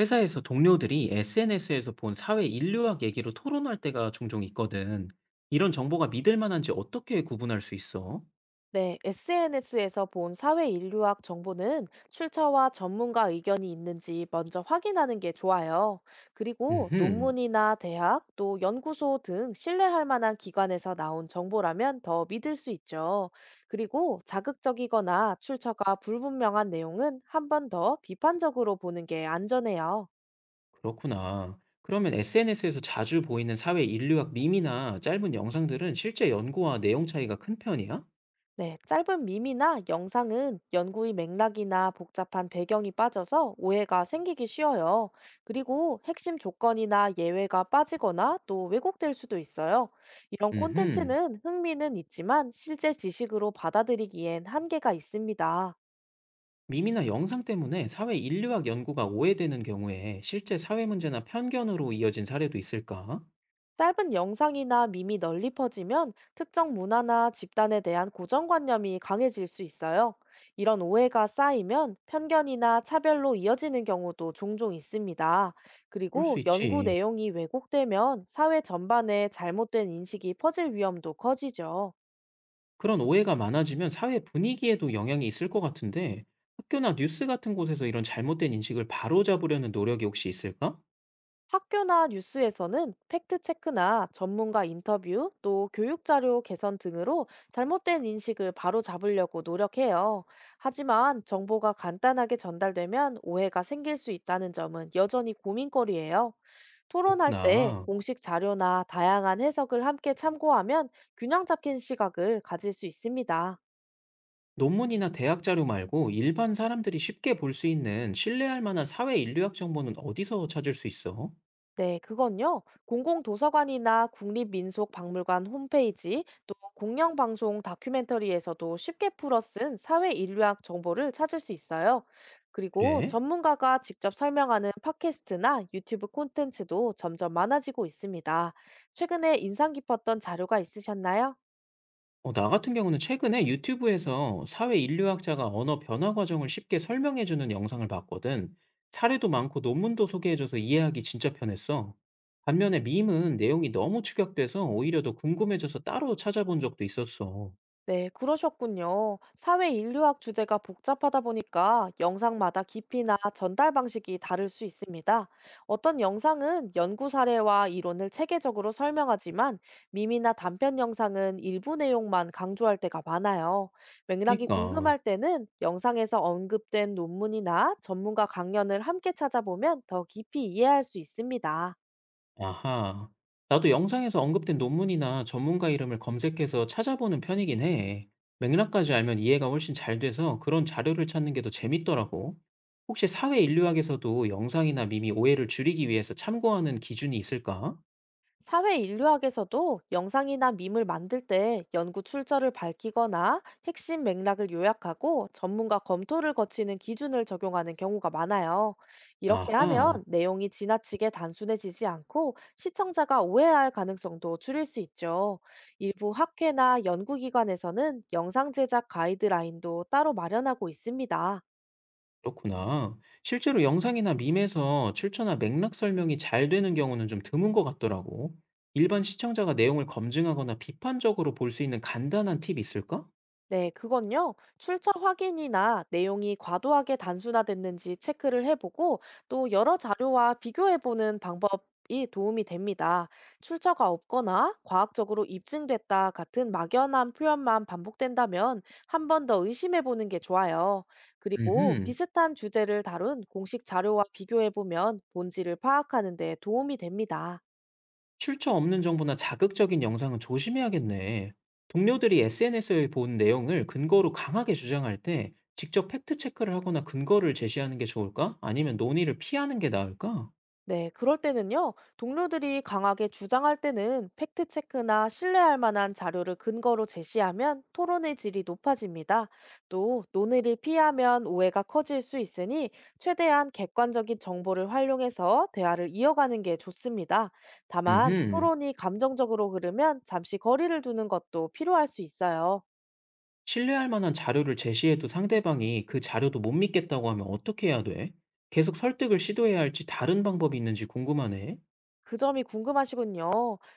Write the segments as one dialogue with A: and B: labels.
A: 회사에서 동료들이 SNS에서 본 사회 인류학 얘기로 토론할 때가 종종 있거든. 이런 정보가 믿을 만한지 어떻게 구분할 수 있어?
B: 네, SNS에서 본 사회 인류학 정보는 출처와 전문가 의견이 있는지 먼저 확인하는 게 좋아요. 그리고
A: 음흠,
B: 논문이나 대학, 또 연구소 등 신뢰할 만한 기관에서 나온 정보라면 더 믿을 수 있죠. 그리고 자극적이거나 출처가 불분명한 내용은 한 번 더 비판적으로 보는 게 안전해요.
A: 그렇구나. 그러면 SNS에서 자주 보이는 사회 인류학 밈이나 짧은 영상들은 실제 연구와 내용 차이가 큰 편이야?
B: 네, 짧은 밈이나 영상은 연구의 맥락이나 복잡한 배경이 빠져서 오해가 생기기 쉬워요. 그리고 핵심 조건이나 예외가 빠지거나 또 왜곡될 수도 있어요. 이런
A: 음흠,
B: 콘텐츠는 흥미는 있지만 실제 지식으로 받아들이기엔 한계가 있습니다.
A: 밈이나 영상 때문에 사회 인류학 연구가 오해되는 경우에 실제 사회 문제나 편견으로 이어진 사례도 있을까?
B: 짧은 영상이나 밈이 널리 퍼지면 특정 문화나 집단에 대한 고정관념이 강해질 수 있어요. 이런 오해가 쌓이면 편견이나 차별로 이어지는 경우도 종종 있습니다.
A: 그럴 수
B: 그리고 연구
A: 있지.
B: 내용이 왜곡되면 사회 전반에 잘못된 인식이 퍼질 위험도 커지죠.
A: 그런 오해가 많아지면 사회 분위기에도 영향이 있을 것 같은데, 학교나 뉴스 같은 곳에서 이런 잘못된 인식을 바로잡으려는 노력이 혹시 있을까?
B: 학교나 뉴스에서는 팩트체크나 전문가 인터뷰 또 교육자료 개선 등으로 잘못된 인식을 바로 잡으려고 노력해요. 하지만 정보가 간단하게 전달되면 오해가 생길 수 있다는 점은 여전히 고민거리예요. 토론할 때
A: 그렇구나.
B: 공식 자료나 다양한 해석을 함께 참고하면 균형 잡힌 시각을 가질 수 있습니다.
A: 논문이나 대학 자료 말고 일반 사람들이 쉽게 볼 수 있는 신뢰할 만한 사회 인류학 정보는 어디서 찾을 수 있어?
B: 네, 그건요. 공공도서관이나 국립민속박물관 홈페이지, 또 공영방송 다큐멘터리에서도 쉽게 풀어 쓴 사회 인류학 정보를 찾을 수 있어요. 그리고
A: 그래?
B: 전문가가 직접 설명하는 팟캐스트나 유튜브 콘텐츠도 점점 많아지고 있습니다. 최근에 인상 깊었던 자료가 있으셨나요?
A: 나 같은 경우는 최근에 유튜브에서 사회 인류학자가 언어 변화 과정을 쉽게 설명해 주는 영상을 봤거든. 사례도 많고 논문도 소개해 줘서 이해하기 진짜 편했어. 반면에 밈은 내용이 너무 축약돼서 오히려 더 궁금해져서 따로 찾아본 적도 있었어.
B: 네, 그러셨군요. 사회 인류학 주제가 복잡하다 보니까 영상마다 깊이나 전달 방식이 다를 수 있습니다. 어떤 영상은 연구 사례와 이론을 체계적으로 설명하지만 밈이나 단편 영상은 일부 내용만 강조할 때가 많아요. 맥락이
A: 그니까.
B: 궁금할 때는 영상에서 언급된 논문이나 전문가 강연을 함께 찾아보면 더 깊이 이해할 수 있습니다.
A: 아하. 나도 영상에서 언급된 논문이나 전문가 이름을 검색해서 찾아보는 편이긴 해. 맥락까지 알면 이해가 훨씬 잘 돼서 그런 자료를 찾는 게 더 재밌더라고. 혹시 사회 인류학에서도 영상이나 밈이 오해를 줄이기 위해서 참고하는 기준이 있을까?
B: 사회 인류학에서도 영상이나 밈을 만들 때 연구 출처를 밝히거나 핵심 맥락을 요약하고 전문가 검토를 거치는 기준을 적용하는 경우가 많아요. 이렇게 하면
A: 아하,
B: 내용이 지나치게 단순해지지 않고 시청자가 오해할 가능성도 줄일 수 있죠. 일부 학회나 연구기관에서는 영상 제작 가이드라인도 따로 마련하고 있습니다.
A: 그렇구나. 실제로 영상이나 밈에서 출처나 맥락 설명이 잘 되는 경우는 좀 드문 것 같더라고. 일반 시청자가 내용을 검증하거나 비판적으로 볼 수 있는 간단한 팁이 있을까?
B: 네, 그건요. 출처 확인이나 내용이 과도하게 단순화됐는지 체크를 해보고 또 여러 자료와 비교해보는 방법이 도움이 됩니다. 출처가 없거나 과학적으로 입증됐다 같은 막연한 표현만 반복된다면 한 번 더 의심해보는 게 좋아요. 그리고
A: 음흠.
B: 비슷한 주제를 다룬 공식 자료와 비교해보면 본질을 파악하는 데 도움이 됩니다.
A: 출처 없는 정보나 자극적인 영상은 조심해야겠네. 동료들이 SNS에 본 내용을 근거로 강하게 주장할 때 직접 팩트 체크를 하거나 근거를 제시하는 게 좋을까? 아니면 논의를 피하는 게 나을까?
B: 네, 그럴 때는요, 동료들이 강하게 주장할 때는 팩트체크나 신뢰할 만한 자료를 근거로 제시하면 토론의 질이 높아집니다. 또, 논의를 피하면 오해가 커질 수 있으니 최대한 객관적인 정보를 활용해서 대화를 이어가는 게 좋습니다. 다만,
A: 음,
B: 토론이 감정적으로 흐르면 잠시 거리를 두는 것도 필요할 수 있어요.
A: 신뢰할 만한 자료를 제시해도 상대방이 그 자료도 못 믿겠다고 하면 어떻게 해야 돼? 계속 설득을 시도해야 할지 다른 방법이 있는지 궁금하네.
B: 그 점이 궁금하시군요.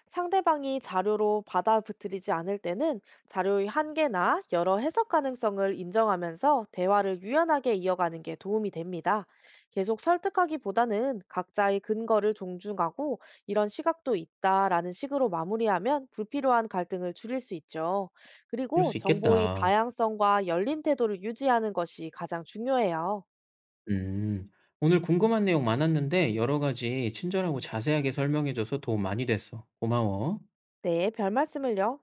B: 상대방이 자료로 받아들이지 않을 때는 자료의 한계나 여러 해석 가능성을 인정하면서 대화를 유연하게 이어가는 게 도움이 됩니다. 계속 설득하기보다는 각자의 근거를 존중하고 이런 시각도 있다라는 식으로 마무리하면 불필요한 갈등을 줄일 수 있죠.
A: 그럴
B: 그리고
A: 수
B: 정보의
A: 있겠다.
B: 다양성과 열린 태도를 유지하는 것이 가장 중요해요.
A: 음, 오늘 궁금한 내용 많았는데 여러 가지 친절하고 자세하게 설명해줘서 도움 많이 됐어. 고마워.
B: 네, 별 말씀을요.